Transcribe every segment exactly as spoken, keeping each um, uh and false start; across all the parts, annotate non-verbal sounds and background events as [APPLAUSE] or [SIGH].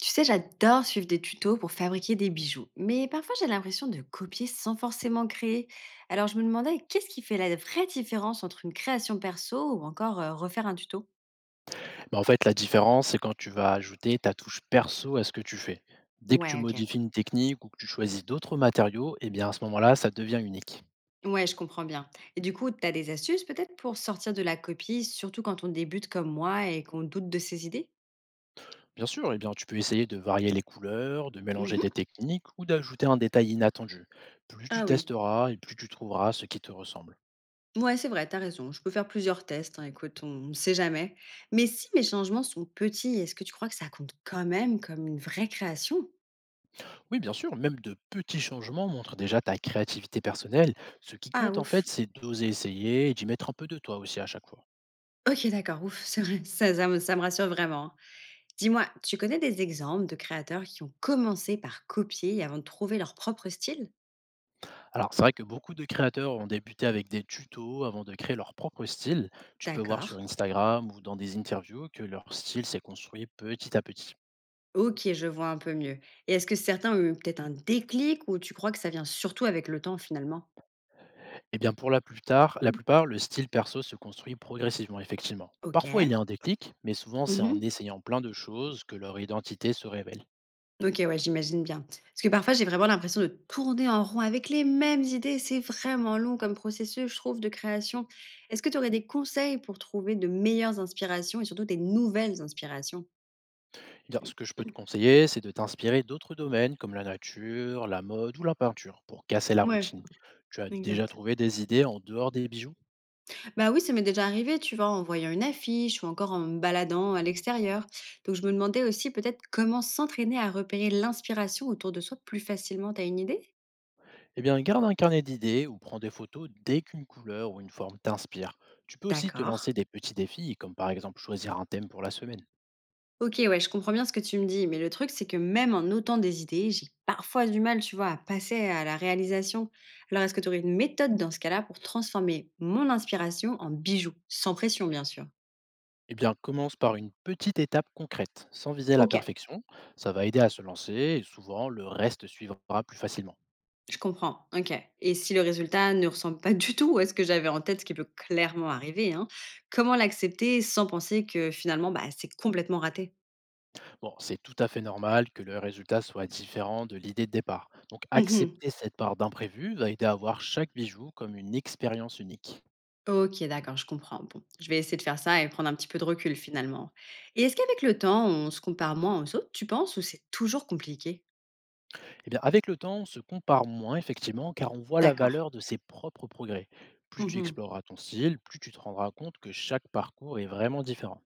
Tu sais, j'adore suivre des tutos pour fabriquer des bijoux, mais parfois j'ai l'impression de copier sans forcément créer. Alors je me demandais qu'est-ce qui fait la vraie différence entre une création perso ou encore euh, refaire un tuto. Bah, en fait, la différence, c'est quand tu vas ajouter ta touche perso à ce que tu fais. Dès que tu Ouais, ok. modifies une technique ou que tu choisis d'autres matériaux, eh bien à ce moment-là, ça devient unique. Ouais, je comprends bien. Et du coup, tu as des astuces peut-être pour sortir de la copie, surtout quand on débute comme moi et qu'on doute de ses idées. Bien sûr, eh bien, tu peux essayer de varier les couleurs, de mélanger Mhm. des techniques ou d'ajouter un détail inattendu. Plus tu Ah oui. testeras et plus tu trouveras ce qui te ressemble. Ouais, c'est vrai, t'as raison. Je peux faire plusieurs tests, hein, écoute, on ne sait jamais. Mais si mes changements sont petits, est-ce que tu crois que ça compte quand même comme une vraie création? Oui, bien sûr, même de petits changements montrent déjà ta créativité personnelle. Ce qui Ah compte en ouf. fait, c'est d'oser essayer et d'y mettre un peu de toi aussi à chaque fois. OK, d'accord, ouf, c'est vrai, [LAUGHS] ça ça me ça me rassure vraiment. Dis-moi, tu connais des exemples de créateurs qui ont commencé par copier avant de trouver leur propre style? Alors, c'est vrai que beaucoup de créateurs ont débuté avec des tutos avant de créer leur propre style. Tu peux voir D'accord. sur Instagram ou dans des interviews que leur style s'est construit petit à petit. OK, je vois un peu mieux. Et est-ce que certains ont eu peut-être un déclic ou tu crois que ça vient surtout avec le temps finalement? Eh bien, pour la, plus tard, la plupart, le style perso se construit progressivement, effectivement. Parfois, il y OK. a un déclic, mais souvent, c'est Mmh. en essayant plein de choses que leur identité se révèle. OK, ouais, j'imagine bien. Parce que parfois, j'ai vraiment l'impression de tourner en rond avec les mêmes idées. C'est vraiment long comme processus, je trouve, de création. Est-ce que tu aurais des conseils pour trouver de meilleures inspirations et surtout des nouvelles inspirations? Eh Bien, ce que je peux te conseiller, c'est de t'inspirer d'autres domaines comme la nature, la mode ou la peinture pour casser la Ouais, routine. Tu as déjà exact. trouvé des idées en dehors des bijoux? Bah oui, ça m'est déjà arrivé, tu vois, en voyant une affiche ou encore en me baladant à l'extérieur. Donc je me demandais aussi peut-être comment s'entraîner à repérer l'inspiration autour de soi plus facilement. T'as une idée? Eh bien, garde un carnet d'idées ou prends des photos dès qu'une couleur ou une forme t'inspire. Tu peux aussi te D'accord. lancer des petits défis, comme par exemple choisir un thème pour la semaine. Ok, ouais, je comprends bien ce que tu me dis, mais le truc, c'est que même en notant des idées, j'ai parfois du mal, tu vois, à passer à la réalisation. Alors, est-ce que tu aurais une méthode dans ce cas-là pour transformer mon inspiration en bijoux, sans pression, bien sûr? Eh bien, commence par une petite étape concrète, sans viser la Ok. perfection. Ça va aider à se lancer et souvent le reste suivra plus facilement. Je comprends, OK. Et si le résultat ne ressemble pas du tout à ce que j'avais en tête, ce qui peut clairement arriver, hein, comment l'accepter sans penser que finalement, bah, c'est complètement raté? Bon, c'est tout à fait normal que le résultat soit différent de l'idée de départ. Donc, Mmh. accepter cette part d'imprévu va aider à voir chaque bijou comme une expérience unique. OK, d'accord, je comprends. Bon, je vais essayer de faire ça et prendre un petit peu de recul finalement. Et est-ce qu'avec le temps, on se compare moins aux autres, tu penses, ou c'est toujours compliqué? Eh bien, avec le temps, on se compare moins, effectivement, car on voit la D'accord. valeur de ses propres progrès. Plus tu Mmh. exploreras ton style, plus tu te rendras compte que chaque parcours est vraiment différent.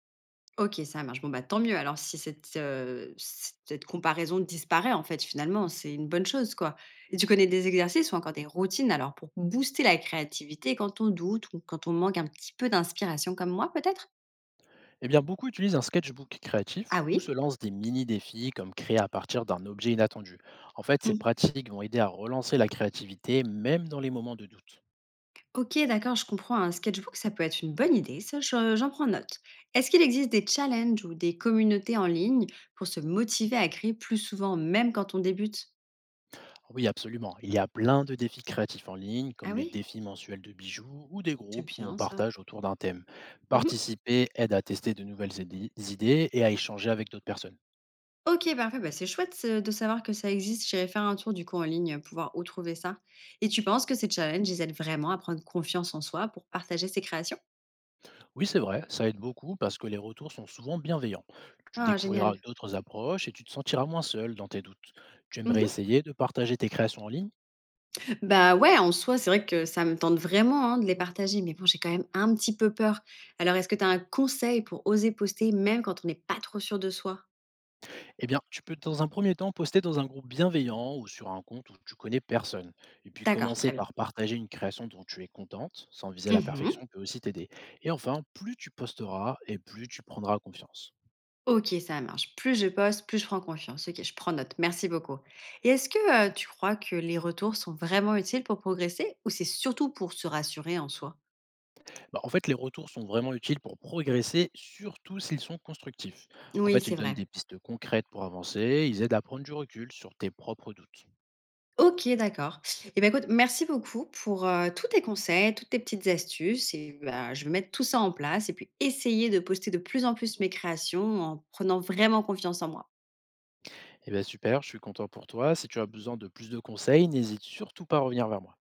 OK, ça marche. Bon, bah, tant mieux alors si cette, heu, si cette comparaison disparaît, en fait, finalement, c'est une bonne chose, quoi. Et tu connais des exercices ou encore des routines alors pour booster la créativité quand on doute ou quand on manque un petit peu d'inspiration comme moi, peut-être? Eh bien, beaucoup utilisent un sketchbook créatif Ah ou se oui? lancent des mini-défis comme créer à partir d'un objet inattendu. En fait, ces Mmh. pratiques vont aider à relancer la créativité, même dans les moments de doute. OK, d'accord, je comprends. Un sketchbook, ça peut être une bonne idée, ça, je j'en prends note. Est-ce qu'il existe des challenges ou des communautés en ligne pour se motiver à créer plus souvent, même quand on débute? Oui, absolument. Il y a plein de défis créatifs en ligne, Ah comme les oui? défis mensuels de bijoux ou des C'est groupes où on bien ça. partage autour d'un thème. Mmh. Participer aide à tester de nouvelles idées idées et à échanger avec d'autres personnes. OK, parfait, bah, c'est chouette ce de savoir que ça existe. J'irai faire un tour du coup en ligne, pouvoir où trouver ça. Et tu penses que ces challenges, ils aident vraiment à prendre confiance en soi pour partager ses créations? Oui, c'est vrai, ça aide beaucoup parce que les retours sont souvent bienveillants. Tu Ah découvriras génial. d'autres approches et tu te sentiras moins seul dans tes doutes. Tu aimerais Mmh. essayer de partager tes créations en ligne? Bah, ouais, en soi, c'est vrai que ça me tente vraiment, hein, de les partager, mais bon, j'ai quand même un petit peu peur. Alors est-ce que tu as un conseil pour oser poster même quand on n'est pas trop sûr de soi? Eh bien, tu peux dans un premier temps poster dans un groupe bienveillant ou sur un compte où tu connais personne. Et puis D'accord, très commencer bien. par partager une création dont tu es contente, sans viser la Mmh. perfection, peut aussi t'aider. Et enfin, plus tu posteras et plus tu prendras confiance. OK, ça marche. Plus je poste, plus je prends confiance. OK, je prends note. Merci beaucoup. Et est-ce que, heu, tu crois que les retours sont vraiment utiles pour progresser ou c'est surtout pour se rassurer en soi? Bah, en fait, les retours sont vraiment utiles pour progresser, surtout s'ils sont constructifs. En Oui, fait, c'est ils donnent vrai. des pistes concrètes pour avancer, ils aident à prendre du recul sur tes propres doutes. OK, d'accord. Et ben écoute, merci beaucoup pour, heu, tous tes conseils, toutes tes petites astuces et bah, je vais mettre tout ça en place et puis essayer de poster de plus en plus mes créations en prenant vraiment confiance en moi. Eh bien, super, je suis content pour toi. Si tu as besoin de plus de conseils, n'hésite surtout pas à revenir vers moi.